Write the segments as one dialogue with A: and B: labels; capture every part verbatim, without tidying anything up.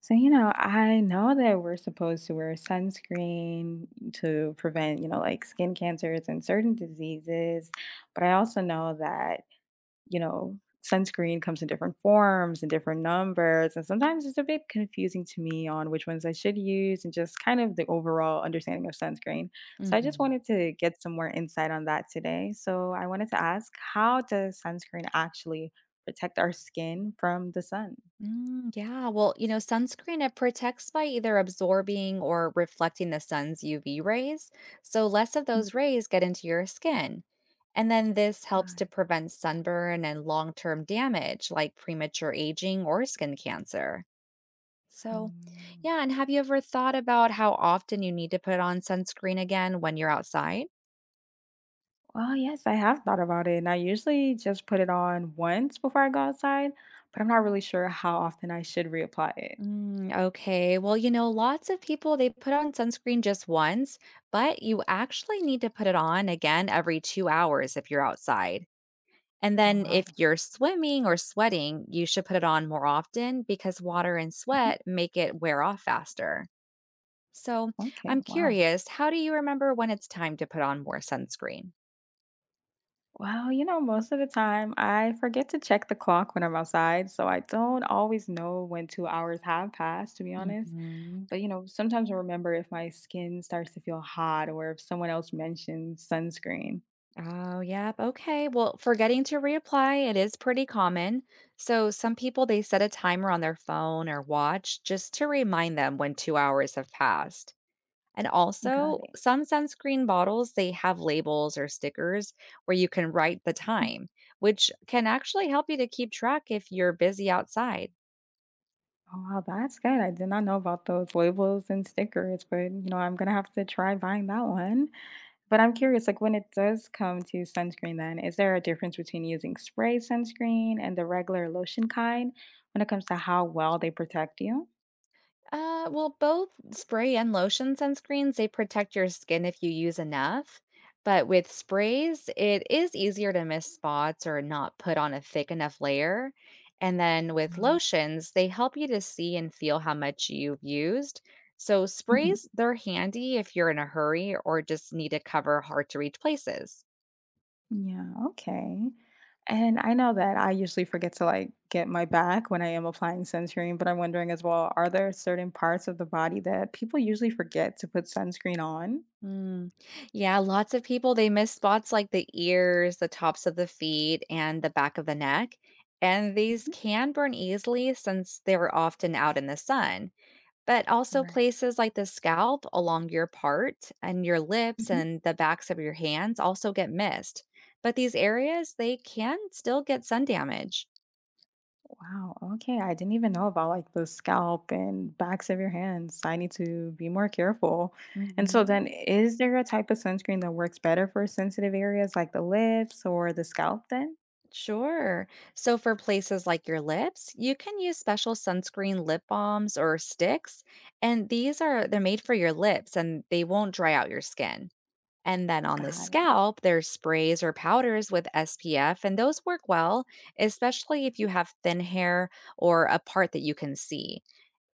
A: So, you know, I know that we're supposed to wear sunscreen to prevent, you know, like skin cancers and certain diseases, but I also know that, you know, sunscreen comes in different forms and different numbers, and sometimes it's a bit confusing to me on which ones I should use and just kind of the overall understanding of sunscreen. So, I just
B: hmm
A: wanted to get some more insight on that today. So, I wanted to ask, how does sunscreen actually protect our skin from the sun?
B: Mm, yeah. Well, you know, sunscreen, it protects by either absorbing or reflecting the sun's U V rays. So less of those
A: Mhm.
B: rays get into your skin. And then this helps
A: Got it.
B: to prevent sunburn and long term damage like premature aging or skin cancer. So,
A: Mm.
B: yeah. And have you ever thought about how often you need to put on sunscreen again when you're outside?
A: Well, yes, I have thought about it, and I usually just put it on once before I go outside, but I'm not really sure how often I should reapply it.
B: Mm, okay. Well, you know, lots of people they put on sunscreen just once, but you actually need to put it on again every two hours if you're outside. And
A: Oh,
B: then if
A: wow.
B: you're swimming or sweating, you should put it on more often because water and
A: Mhm.
B: sweat make it wear off faster. So
A: Okay,
B: I'm
A: wow.
B: curious, how do you remember when it's time to put on more sunscreen?
A: Well, you know, most of the time I forget to check the clock when I'm outside, so I don't always know when two hours have passed, to be honest.
B: Mhm.
A: But, you know, sometimes I remember if my skin starts to feel hot or if someone else mentions sunscreen.
B: Oh, yep. Okay. Well, forgetting to reapply, it is pretty common. So, some people they set a timer on their phone or watch just to remind them when two hours have passed. And
A: Got
B: also,
A: it.
B: some sunscreen bottles they have labels or stickers where you can write the time, which can actually help you to keep track if you're busy outside.
A: Oh, wow, that's good. I did not know about those labels and stickers, but you know, I'm gonna have to try buying that one. But I'm curious, like when it does come to sunscreen, then is there a difference between using spray sunscreen and the regular lotion kind when it comes to how well they protect you?
B: Uh, well, both spray and lotion sunscreens, they protect your skin if you use enough. But with sprays, it is easier to miss spots or not put on a thick enough layer. And then with lotions, they help you to see and feel how much you've used. So
A: Hmm.
B: sprays, they're handy if you're in a hurry or just need to cover hard to reach places.
A: Yeah, okay. And I know that I usually forget to like get my back when I am applying sunscreen, but I'm wondering as well, are there certain parts of the body that people usually forget to put sunscreen on?
B: Mm. Yeah, lots of people they miss spots like the ears, the tops of the feet, and the back of the neck. And these
A: Mhm.
B: can burn easily since they were often out in the sun. But also
A: Right.
B: places like the scalp along your part and your lips
A: Mm-hmm.
B: and the backs of your hands also get missed. But these areas, they can still get sun damage.
A: Wow, okay, I didn't even know about like the scalp and backs of your hands. I need to be more careful. And so
B: Mhm.
A: then is there a type of sunscreen that works better for sensitive areas like the lips or the scalp then?
B: Sure. So for places like your lips, you can use special sunscreen lip balms or sticks, and these are they're made for your lips and they won't dry out your skin. And then on the
A: Got it.
B: scalp, there's sprays or powders with S P F, and those work well, especially if
A: Mhm.
B: you have thin hair or a part that you can see.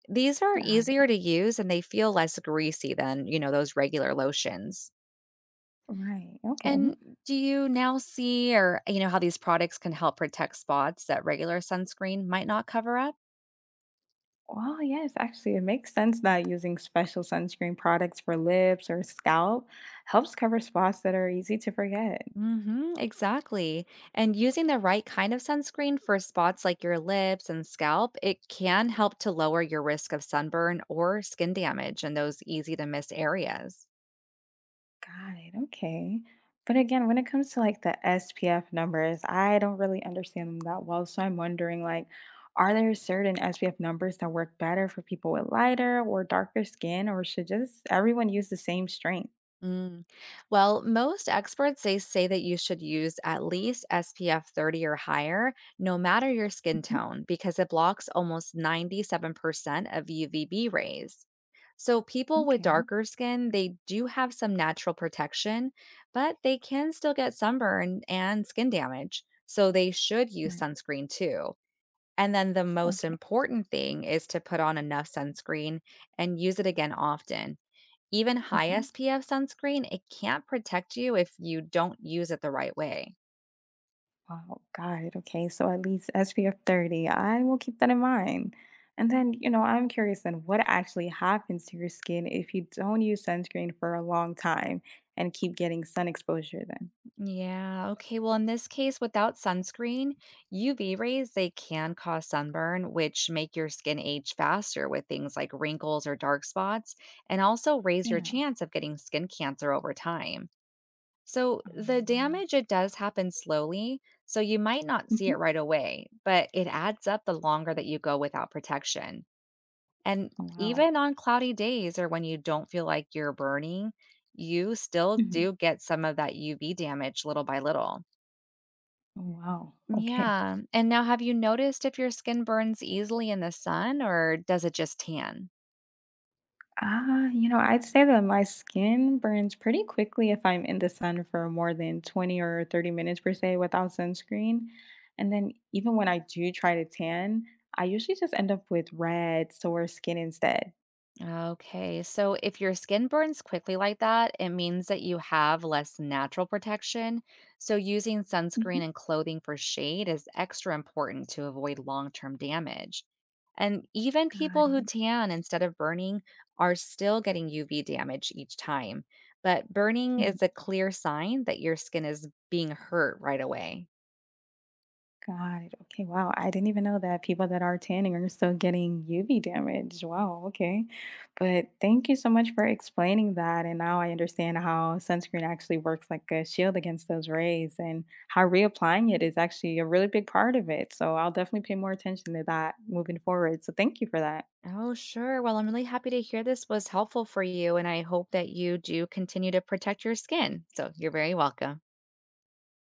B: These are
A: Got it.
B: easier to use and they feel less greasy than, you know, those regular lotions.
A: Right. Okay.
B: And do you now see or you know how these products can help protect spots that regular sunscreen might not cover up?
A: Well, yes, actually, it makes sense that using special sunscreen products for lips or scalp helps cover spots that are easy to forget.
B: Mhm, exactly. And using the right kind of sunscreen for spots like your lips and scalp, it can help to lower your risk of sunburn or skin damage in those easy to miss areas.
A: Got it. Okay. But again, when it comes to like the S P F numbers, I don't really understand them that well. So I'm wondering like, are there certain S P F numbers that work better for people with lighter or darker skin, or should just everyone use the same strength?
B: Mm. Well, most experts they say that you should use at least S P F thirty or higher, no matter your skin
A: Mhm.
B: tone, because it blocks almost ninety-seven percent of U V B rays. So people with
A: Okay.
B: darker skin, they do have some natural protection, but they can still get sunburn and skin damage. So they should use
A: Right.
B: sunscreen too. And then the most
A: Okay.
B: important thing is to put on enough sunscreen and use it again often even high
A: Mhm.
B: S P F sunscreen, it can't protect you if you don't use it the right way.
A: Wow, God. Okay. So at least S P F thirty. I will keep that in mind. And then, you know, I'm curious then what actually happens to your skin if you don't use sunscreen for a long time and keep getting sun exposure then?
B: Yeah. Okay. Well, in this case, without sunscreen, U V rays, they can cause sunburn, which make your skin age faster with things like wrinkles or dark spots, and also raise your
A: Yeah.
B: chance of getting skin cancer over time. So the
A: Um,
B: damage, it does happen slowly. So you might not see
A: mhm.
B: it right away, but it adds up the longer that you go without protection. And
A: Oh, wow.
B: even on cloudy days or when you don't feel like you're burning, you still
A: Mhm.
B: do get some of that U V damage little by little.
A: Oh, wow. Okay.
B: Yeah. And now, have you noticed if your skin burns easily in the sun or does it just tan?
A: Ah, you know, I'd say that my skin burns pretty quickly if I'm in the sun for more than twenty or thirty minutes per se without sunscreen. And then even when I do try to tan, I usually just end up with red, sore skin instead.
B: Okay, so if your skin burns quickly like that, it means that you have less natural protection. So, using
A: Mhm.
B: sunscreen and clothing for shade is extra important to avoid long term damage. And even
A: Got
B: people who
A: it.
B: tan instead of burning are still getting U V damage each time. But burning
A: Mhm.
B: is a clear sign that your skin is being hurt right away.
A: Got it. Okay. Wow. I didn't even know that people that are tanning are still getting U V damage. Wow. Okay. But thank you so much for explaining that. And now I understand how sunscreen actually works like a shield against those rays and how reapplying it is actually a really big part of it. So I'll definitely pay more attention to that moving forward. So thank you for that.
B: Oh, sure. Well, I'm really happy to hear this was helpful for you, and I hope that you do continue to protect your skin. So you're very welcome.